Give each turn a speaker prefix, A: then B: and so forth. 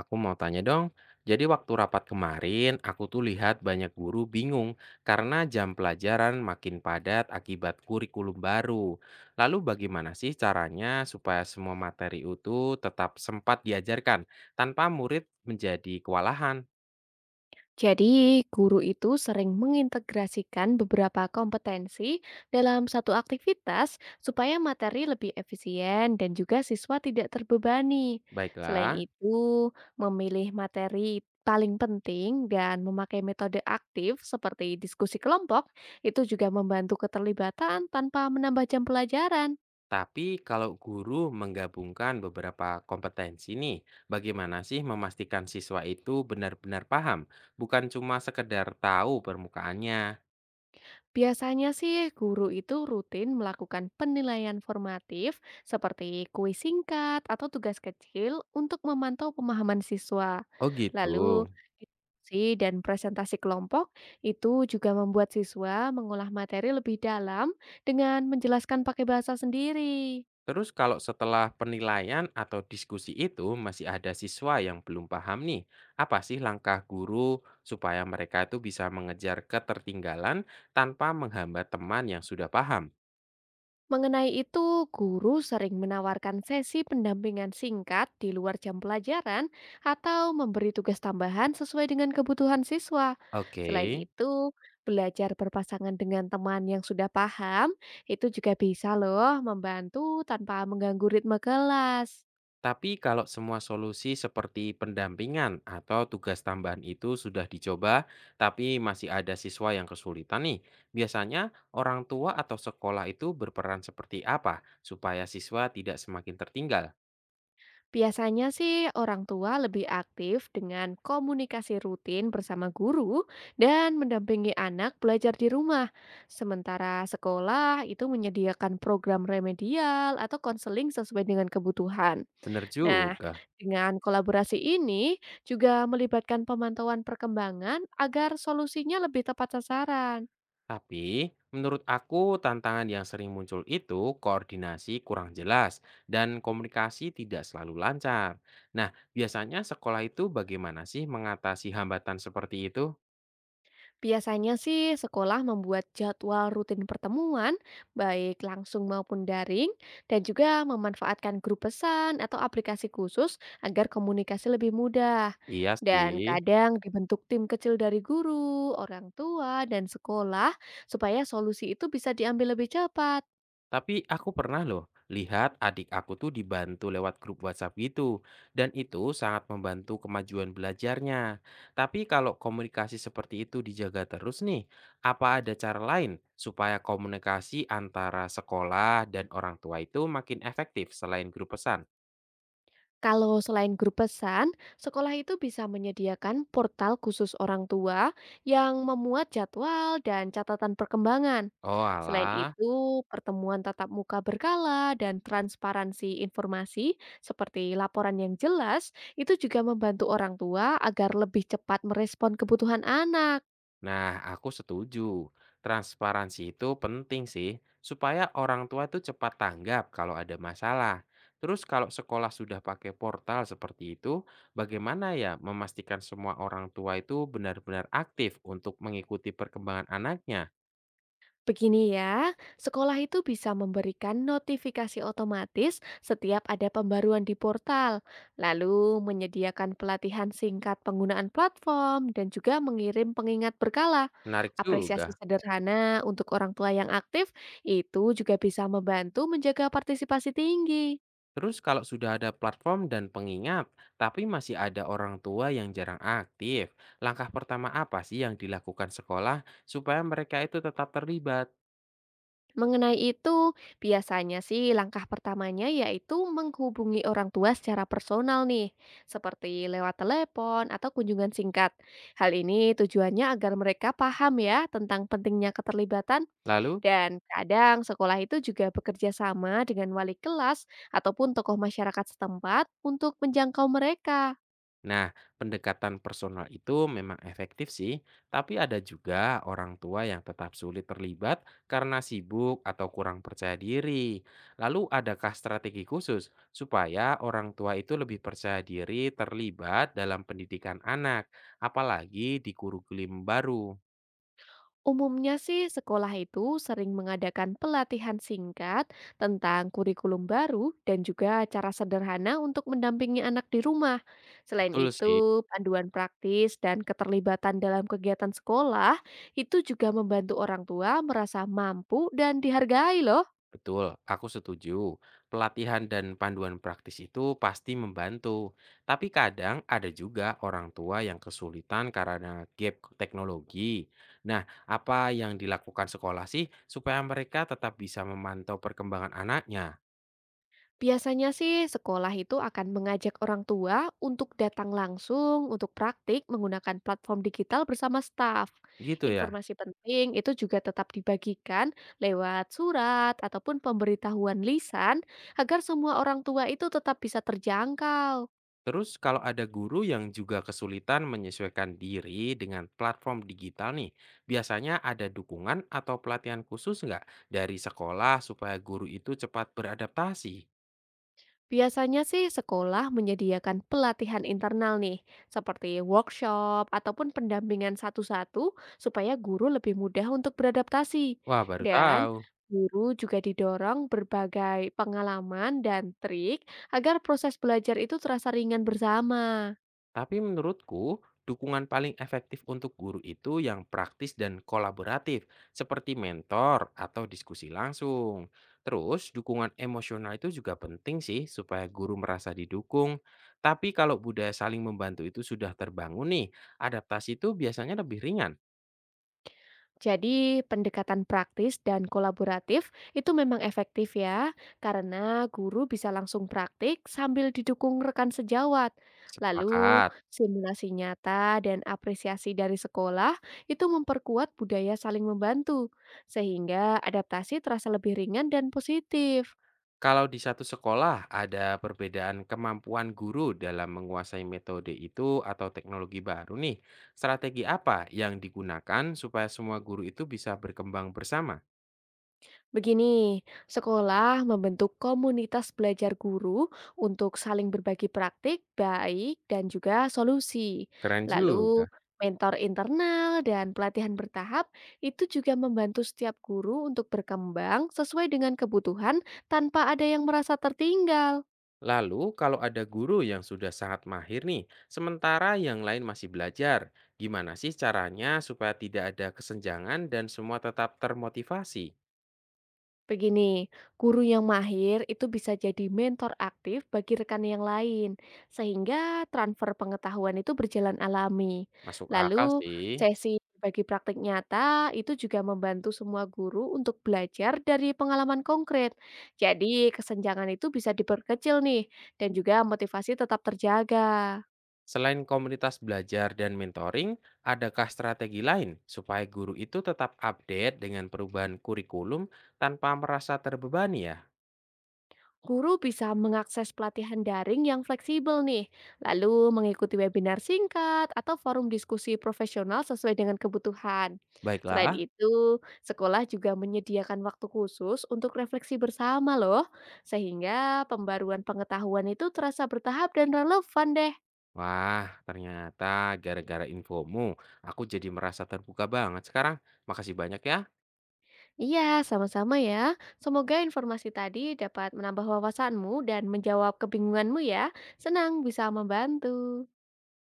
A: Aku mau tanya dong, jadi waktu rapat kemarin aku tuh lihat banyak guru bingung karena jam pelajaran makin padat akibat kurikulum baru. Lalu bagaimana sih caranya supaya semua materi itu tetap sempat diajarkan tanpa murid menjadi kewalahan?
B: Jadi, guru itu sering mengintegrasikan beberapa kompetensi dalam satu aktivitas supaya materi lebih efisien dan juga siswa tidak terbebani. Selain
A: Baiklah,
B: itu, memilih materi paling penting dan memakai metode aktif seperti diskusi kelompok itu juga membantu keterlibatan tanpa menambah jam pelajaran.
A: tapi kalau guru menggabungkan beberapa kompetensi nih, bagaimana sih memastikan siswa itu benar-benar paham, bukan cuma sekedar tahu permukaannya?
B: Biasanya sih guru itu rutin melakukan penilaian formatif seperti kuis singkat atau tugas kecil untuk memantau pemahaman siswa.
A: Oh gitu.
B: Lalu diskusi dan presentasi kelompok itu juga membuat siswa mengolah materi lebih dalam dengan menjelaskan pakai bahasa sendiri.
A: Terus kalau setelah penilaian atau diskusi itu masih ada siswa yang belum paham nih, apa sih langkah guru supaya mereka itu bisa mengejar ketertinggalan tanpa menghambat teman yang sudah paham?
B: Mengenai itu, guru sering menawarkan sesi pendampingan singkat di luar jam pelajaran atau memberi tugas tambahan sesuai dengan kebutuhan siswa.
A: Oke,
B: Selain itu, belajar berpasangan dengan teman yang sudah paham itu juga bisa loh membantu tanpa mengganggu ritme kelas.
A: tapi kalau semua solusi seperti pendampingan atau tugas tambahan itu sudah dicoba, tapi masih ada siswa yang kesulitan nih, biasanya orang tua atau sekolah itu berperan seperti apa supaya siswa tidak semakin tertinggal?
B: Biasanya sih orang tua lebih aktif dengan komunikasi rutin bersama guru dan mendampingi anak belajar di rumah. Sementara sekolah itu menyediakan program remedial atau konseling sesuai dengan kebutuhan.
A: Bener
B: Nah,
A: juga.
B: dengan kolaborasi ini juga melibatkan pemantauan perkembangan agar solusinya lebih tepat sasaran.
A: Tapi, menurut aku tantangan yang sering muncul itu koordinasi kurang jelas dan komunikasi tidak selalu lancar. Nah, biasanya sekolah itu bagaimana sih mengatasi hambatan seperti itu?
B: Biasanya sih sekolah membuat jadwal rutin pertemuan, baik langsung maupun daring, dan juga memanfaatkan grup pesan atau aplikasi khusus agar komunikasi lebih mudah.
A: Iya
B: Dan
A: sih.
B: kadang dibentuk tim kecil dari guru, orang tua, dan sekolah supaya solusi itu bisa diambil lebih cepat.
A: Tapi aku pernah loh lihat adik aku tuh dibantu lewat grup WhatsApp gitu, dan itu sangat membantu kemajuan belajarnya. Tapi kalau komunikasi seperti itu dijaga terus nih, apa ada cara lain supaya komunikasi antara sekolah dan orang tua itu makin efektif selain grup pesan?
B: Kalau selain grup pesan, sekolah itu bisa menyediakan portal khusus orang tua yang memuat jadwal dan catatan perkembangan.
A: Oh
B: Selain
A: alah.
B: itu, pertemuan tatap muka berkala dan transparansi informasi seperti laporan yang jelas itu juga membantu orang tua agar lebih cepat merespon kebutuhan anak.
A: Nah, aku setuju. Transparansi itu penting sih, supaya orang tua itu cepat tanggap kalau ada masalah. Terus kalau sekolah sudah pakai portal seperti itu, bagaimana ya memastikan semua orang tua itu benar-benar aktif untuk mengikuti perkembangan anaknya?
B: Begini ya, sekolah itu bisa memberikan notifikasi otomatis setiap ada pembaruan di portal, lalu menyediakan pelatihan singkat penggunaan platform dan juga mengirim pengingat berkala.
A: Menarik
B: Apresiasi
A: juga.
B: sederhana untuk orang tua yang aktif itu juga bisa membantu menjaga partisipasi tinggi.
A: Terus kalau sudah ada platform dan pengingat, tapi masih ada orang tua yang jarang aktif, langkah pertama apa sih yang dilakukan sekolah supaya mereka itu tetap terlibat?
B: Mengenai itu, biasanya sih langkah pertamanya yaitu menghubungi orang tua secara personal nih, seperti lewat telepon atau kunjungan singkat. Hal ini tujuannya agar mereka paham ya tentang pentingnya keterlibatan
A: Lalu.
B: dan kadang sekolah itu juga bekerja sama dengan wali kelas ataupun tokoh masyarakat setempat untuk menjangkau mereka.
A: Nah, pendekatan personal itu memang efektif sih, tapi ada juga orang tua yang tetap sulit terlibat karena sibuk atau kurang percaya diri. Lalu, adakah strategi khusus supaya orang tua itu lebih percaya diri terlibat dalam pendidikan anak, apalagi di kurikulum baru?
B: Umumnya sih sekolah itu sering mengadakan pelatihan singkat tentang kurikulum baru dan juga cara sederhana untuk mendampingi anak di rumah. Selain
A: Betul sih.
B: itu, panduan praktis dan keterlibatan dalam kegiatan sekolah itu juga membantu orang tua merasa mampu dan dihargai loh.
A: Betul, aku setuju. Pelatihan dan panduan praktis itu pasti membantu. Tapi kadang ada juga orang tua yang kesulitan karena gap teknologi. Nah, apa yang dilakukan sekolah sih supaya mereka tetap bisa memantau perkembangan anaknya?
B: Biasanya sih sekolah itu akan mengajak orang tua untuk datang langsung untuk praktik menggunakan platform digital bersama staf.
A: Gitu ya.
B: Informasi penting itu juga tetap dibagikan lewat surat ataupun pemberitahuan lisan agar semua orang tua itu tetap bisa terjangkau.
A: Terus kalau ada guru yang juga kesulitan menyesuaikan diri dengan platform digital nih, biasanya ada dukungan atau pelatihan khusus nggak dari sekolah supaya guru itu cepat beradaptasi?
B: Biasanya sih sekolah menyediakan pelatihan internal nih, seperti workshop ataupun pendampingan satu-satu supaya guru lebih mudah untuk beradaptasi.
A: Wah, baru
B: Dan
A: tahu.
B: guru juga didorong berbagai pengalaman dan trik agar proses belajar itu terasa ringan bersama.
A: Tapi menurutku, dukungan paling efektif untuk guru itu yang praktis dan kolaboratif, seperti mentor atau diskusi langsung. Terus, dukungan emosional itu juga penting sih supaya guru merasa didukung. Tapi kalau budaya saling membantu itu sudah terbangun nih, adaptasi itu biasanya lebih ringan.
B: Jadi, pendekatan praktis dan kolaboratif itu memang efektif ya, karena guru bisa langsung praktik sambil didukung rekan sejawat. Lalu,
A: Sepakat.
B: simulasi nyata dan apresiasi dari sekolah itu memperkuat budaya saling membantu, sehingga adaptasi terasa lebih ringan dan positif.
A: Kalau di satu sekolah ada perbedaan kemampuan guru dalam menguasai metode itu atau teknologi baru nih, strategi apa yang digunakan supaya semua guru itu bisa berkembang bersama?
B: Begini, sekolah membentuk komunitas belajar guru untuk saling berbagi praktik baik dan juga solusi.
A: Keren
B: Lalu,
A: juga.
B: mentor internal dan pelatihan bertahap itu juga membantu setiap guru untuk berkembang sesuai dengan kebutuhan tanpa ada yang merasa tertinggal.
A: Lalu kalau ada guru yang sudah sangat mahir nih, sementara yang lain masih belajar, gimana sih caranya supaya tidak ada kesenjangan dan semua tetap termotivasi?
B: Begini, guru yang mahir itu bisa jadi mentor aktif bagi rekan yang lain, sehingga transfer pengetahuan itu berjalan alami.
A: Masuk akal
B: Lalu,
A: sih.
B: sesi bagi praktik nyata itu juga membantu semua guru untuk belajar dari pengalaman konkret. Jadi, kesenjangan itu bisa diperkecil nih, dan juga motivasi tetap terjaga.
A: Selain komunitas belajar dan mentoring, adakah strategi lain supaya guru itu tetap update dengan perubahan kurikulum tanpa merasa terbebani ya?
B: Guru bisa mengakses pelatihan daring yang fleksibel nih, lalu mengikuti webinar singkat atau forum diskusi profesional sesuai dengan kebutuhan. Selain
A: Baiklah.
B: itu, sekolah juga menyediakan waktu khusus untuk refleksi bersama loh, sehingga pembaruan pengetahuan itu terasa bertahap dan relevan deh.
A: Wah, ternyata gara-gara infomu, aku jadi merasa terbuka banget sekarang. Makasih banyak ya.
B: Iya, sama-sama ya. Semoga informasi tadi dapat menambah wawasanmu dan menjawab kebingunganmu ya. Senang bisa membantu.